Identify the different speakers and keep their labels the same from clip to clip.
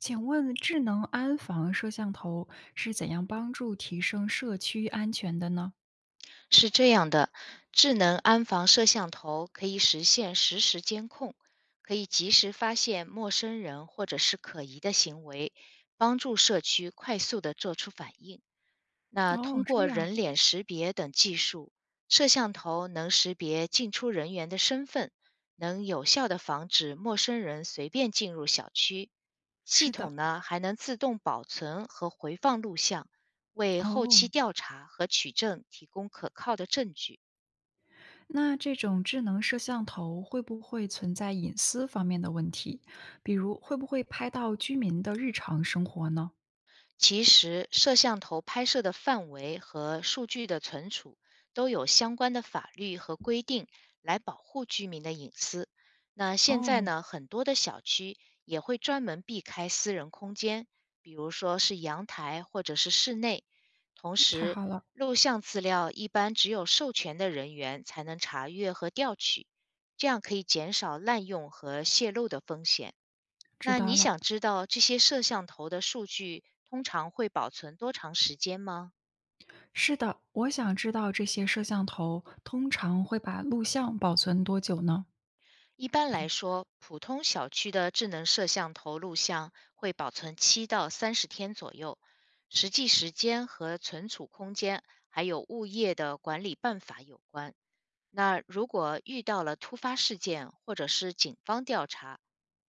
Speaker 1: 请问智能安防摄像头是怎样帮助提升社区安全的呢？
Speaker 2: 是这样的，智能安防摄像头可以实现实时监控，可以及时发现陌生人或者是可疑的行为，帮助社区快速的做出反应。那
Speaker 1: 哦，
Speaker 2: 通
Speaker 1: 这
Speaker 2: 过
Speaker 1: 样，
Speaker 2: 人脸识别等技术，摄像头能识别进出人员的身份，能有效的防止陌生人随便进入小区。
Speaker 1: 是
Speaker 2: 系
Speaker 1: 的，
Speaker 2: 统呢还能自动保存和回放录像，为后
Speaker 1: 哦，
Speaker 2: 期调查和取证提供可靠的证据。
Speaker 1: 那这种智能摄像头会不会存在隐私方面的问题？比如会不会拍到居民的日常生活呢？
Speaker 2: 其实，摄像头拍摄的范围和数据的存储都有相关的法律和规定来保护居民的隐私。那现在
Speaker 1: 哦，
Speaker 2: 呢，很多的小区也会专门避开私人空间，比如说是阳台或者是室内。同
Speaker 1: 太
Speaker 2: 时，
Speaker 1: 好了，
Speaker 2: 录像资料一般只有授权的人员才能查阅和调取，这样可以减少滥用和泄露的风险。
Speaker 1: 知
Speaker 2: 那
Speaker 1: 道
Speaker 2: 你
Speaker 1: 了。
Speaker 2: 想知道这些摄像头的数据通常会保存多长时间吗？
Speaker 1: 是的，我想知道这些摄像头通常会把录像保存多久呢？
Speaker 2: 一般来说，普通小区的智能摄像头录像会保存7到30天左右，实际时间和存储空间还有物业的管理办法有关。那如果遇到了突发事件或者是警方调查，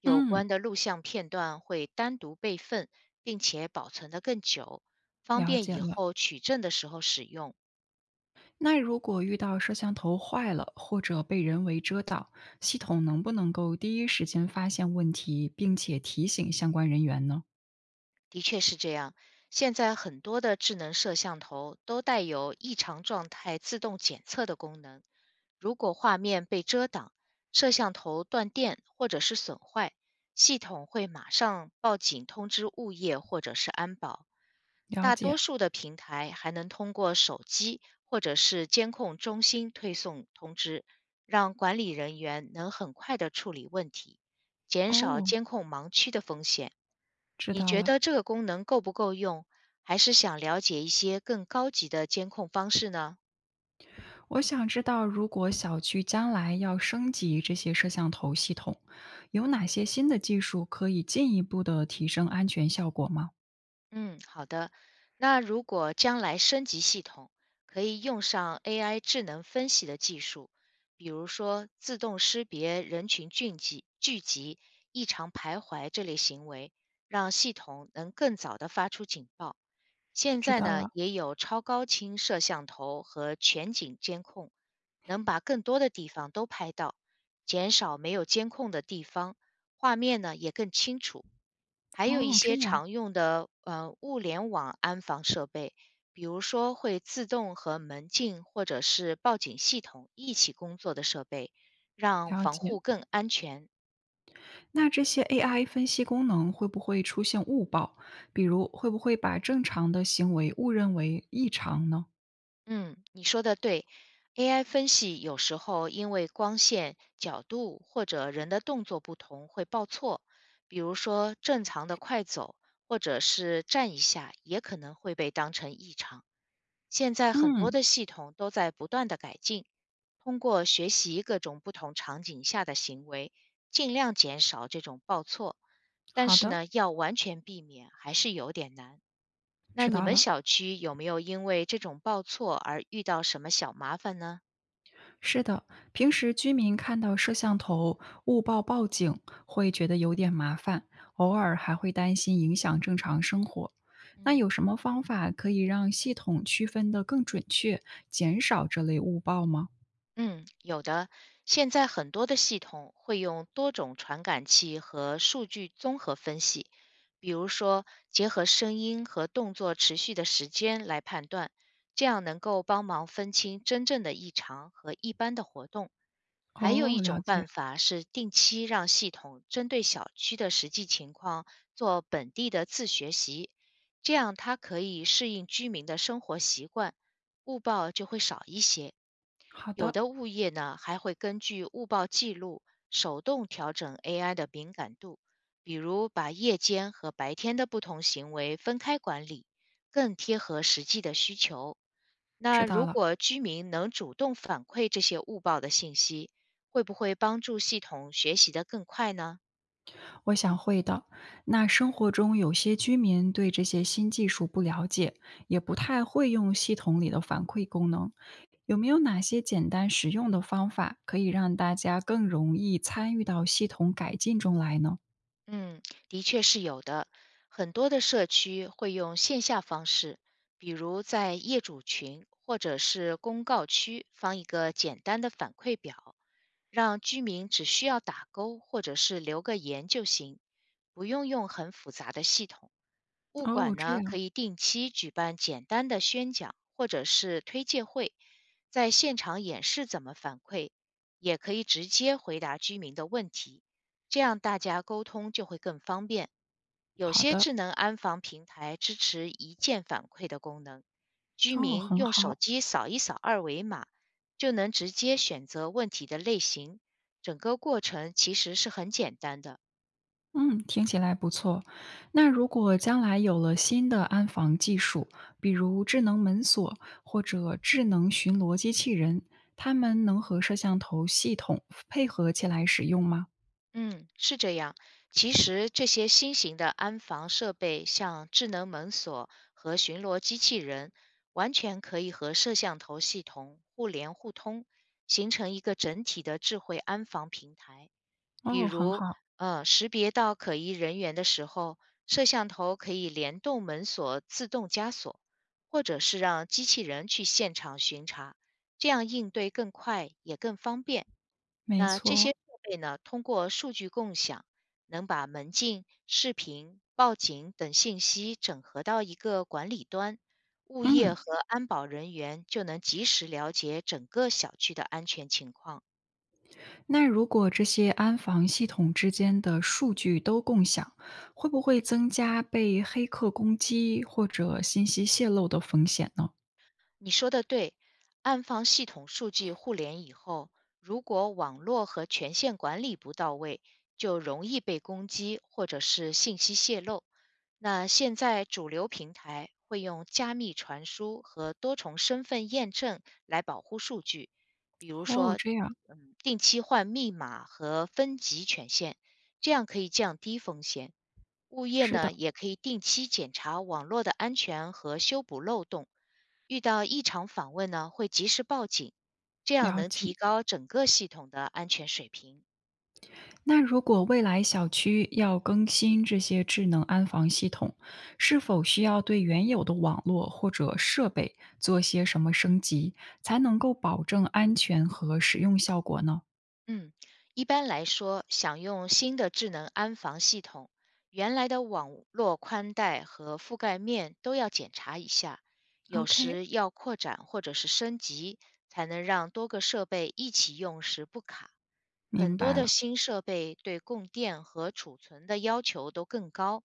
Speaker 2: 有
Speaker 1: 嗯，
Speaker 2: 关的录像片段会单独备份，并且保存得更久，方
Speaker 1: 了
Speaker 2: 便
Speaker 1: 解
Speaker 2: 以
Speaker 1: 了。
Speaker 2: 后取证的时候使用。
Speaker 1: 那如果遇到摄像头坏了或者被人为遮挡，系统能不能够第一时间发现问题，并且提醒相关人员呢？
Speaker 2: 的确是这样，现在很多的智能摄像头都带有异常状态自动检测的功能。如果画面被遮挡、摄像头断电或者是损坏，系统会马上报警通知物业或者是安保。
Speaker 1: 了
Speaker 2: 大多
Speaker 1: 解，
Speaker 2: 数的平台还能通过手机或者是监控中心推送通知，让管理人员能很快的处理问题，减少
Speaker 1: 哦，
Speaker 2: 监控盲区的风险。
Speaker 1: 知
Speaker 2: 你
Speaker 1: 道
Speaker 2: 觉
Speaker 1: 了。
Speaker 2: 得这个功能够不够用？还是想了解一些更高级的监控方式呢？
Speaker 1: 我想知道，如果小区将来要升级这些摄像头系统，有哪些新的技术可以进一步的提升安全效果吗？
Speaker 2: 嗯，好的。那如果将来升级系统，可以用上 AI 智能分析的技术，比如说自动识别人群聚集、异常徘徊这类行为，让系统能更早的发出警报。现
Speaker 1: 知
Speaker 2: 在
Speaker 1: 道
Speaker 2: 呢，
Speaker 1: 了，
Speaker 2: 也有超高清摄像头和全景监控，能把更多的地方都拍到，减少没有监控的地方，画面呢也更清楚。还有一
Speaker 1: 哦，这
Speaker 2: 些
Speaker 1: 样
Speaker 2: 常用的物联网安防设备，比如说会自动和门禁或者是报警系统一起工作的设备，让
Speaker 1: 了
Speaker 2: 防
Speaker 1: 解。
Speaker 2: 护更安全。
Speaker 1: 那这些 AI 分析功能会不会出现误报？比如，会不会把正常的行为误认为异常呢？
Speaker 2: 嗯，你说的对，AI 分析有时候因为光线、角度或者人的动作不同会报错，比如说正常的快走或者是站一下，也可能会被当成异常。现在很多
Speaker 1: 嗯，
Speaker 2: 的系统都在不断的改进，通过学习各种不同场景下的行为，尽量减少这种报错。但
Speaker 1: 好
Speaker 2: 是
Speaker 1: 的，
Speaker 2: 呢，要完全避免还是有点难。那
Speaker 1: 知
Speaker 2: 你
Speaker 1: 道
Speaker 2: 们
Speaker 1: 了。
Speaker 2: 小区有没有因为这种报错而遇到什么小麻烦呢？
Speaker 1: 是的，平时居民看到摄像头误报报警，会觉得有点麻烦，偶尔还会担心影响正常生活。那
Speaker 2: 嗯。
Speaker 1: 有什么方法可以让系统区分得更准确，减少这类误报吗？
Speaker 2: 嗯，有的。现在很多的系统会用多种传感器和数据综合分析，比如说结合声音和动作持续的时间来判断，这样能够帮忙分清真正的异常和一般的活动。还有
Speaker 1: 哦，
Speaker 2: 一
Speaker 1: 了
Speaker 2: 种办
Speaker 1: 解。
Speaker 2: 法是定期让系统针对小区的实际情况做本地的自学习，这样它可以适应居民的生活习惯，误报就会少一些。
Speaker 1: 好
Speaker 2: 有
Speaker 1: 的，
Speaker 2: 的物业呢还会根据误报记录手动调整 AI 的敏感度，比如把夜间和白天的不同行为分开管理，更贴合实际的需求。
Speaker 1: 知
Speaker 2: 那
Speaker 1: 道
Speaker 2: 如
Speaker 1: 了。
Speaker 2: 果居民能主动反馈这些误报的信息，会不会帮助系统学习得更快呢？
Speaker 1: 我想会的。那生活中有些居民对这些新技术不了解，也不太会用系统里的反馈功能，有没有哪些简单实用的方法可以让大家更容易参与到系统改进中来呢？
Speaker 2: 嗯，的确是有的。很多的社区会用线下方式，比如在业主群或者是公告区放一个简单的反馈表，让居民只需要打勾或者是留个言就行，不用用很复杂的系统。物
Speaker 1: 哦，
Speaker 2: 管
Speaker 1: 这
Speaker 2: 呢可
Speaker 1: 样，
Speaker 2: 以定期举办简单的宣讲或者是推介会，在现场演示怎么反馈，也可以直接回答居民的问题，这样大家沟通就会更方便。有
Speaker 1: 好
Speaker 2: 些
Speaker 1: 的，
Speaker 2: 智能安防平台支持一键反馈的功能，居
Speaker 1: 哦，
Speaker 2: 民
Speaker 1: 很
Speaker 2: 用手
Speaker 1: 好。
Speaker 2: 机扫一扫二维码，就能直接选择问题的类型，整个过程其实是很简单的。
Speaker 1: 嗯，听起来不错。那如果将来有了新的安防技术，比如智能门锁或者智能巡逻机器人，它们能和摄像头系统配合起来使用吗？
Speaker 2: 嗯，是这样。其实这些新型的安防设备，像智能门锁和巡逻机器人，完全可以和摄像头系统互联互通，形成一个整体的智慧安防平台。比
Speaker 1: 哦，很
Speaker 2: 如，
Speaker 1: 好，
Speaker 2: 识别到可疑人员的时候，摄像头可以联动门锁自动加锁，或者是让机器人去现场巡查，这样应对更快也更方便。
Speaker 1: 没
Speaker 2: 那这
Speaker 1: 错。
Speaker 2: 些设备呢，通过数据共享，能把门禁、视频、报警等信息整合到一个管理端，物
Speaker 1: 嗯，
Speaker 2: 业和安保人员就能及时了解整个小区的安全情况。
Speaker 1: 那如果这些安防系统之间的数据都共享，会不会增加被黑客攻击或者信息泄露的风险呢？
Speaker 2: 你说的对，安防系统数据互联以后，如果网络和权限管理不到位，就容易被攻击或者是信息泄露。那现在主流平台会用加密传输和多重身份验证来保护数据，比如
Speaker 1: 哦，
Speaker 2: 说，
Speaker 1: 这样，
Speaker 2: 定期换密码和分级权限，这样可以降低风险。物业
Speaker 1: 是
Speaker 2: 呢，
Speaker 1: 的，
Speaker 2: 也可以定期检查网络的安全和修补漏洞。遇到异常访问呢，会及时报警，这样
Speaker 1: 了
Speaker 2: 能
Speaker 1: 解。
Speaker 2: 提高整个系统的安全水平。
Speaker 1: 那如果未来小区要更新这些智能安防系统，是否需要对原有的网络或者设备做些什么升级，才能够保证安全和使用效果呢
Speaker 2: 嗯，一般来说，想用新的智能安防系统，原来的网络宽带和覆盖面都要检查一下，有
Speaker 1: ？OK，
Speaker 2: 时要扩展或者是升级，才能让多个设备一起用时不卡。很
Speaker 1: 明
Speaker 2: 多
Speaker 1: 白
Speaker 2: 的
Speaker 1: 了。
Speaker 2: 新设备对供电和储存的要求都更高，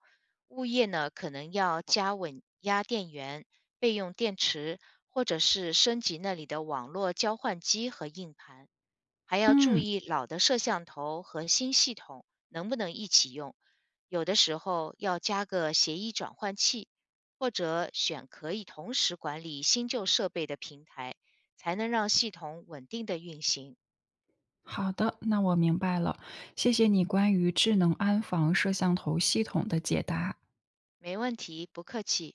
Speaker 2: 物业呢可能要加稳压电源、备用电池，或者是升级那里的网络交换机和硬盘。还要注
Speaker 1: 嗯，
Speaker 2: 意老的摄像头和新系统能不能一起用，有的时候要加个协议转换器，或者选可以同时管理新旧设备的平台，才能让系统稳定的运行。
Speaker 1: 好的，那我明白了。谢谢你关于智能安防摄像头系统的解答。
Speaker 2: 没问题，不客气。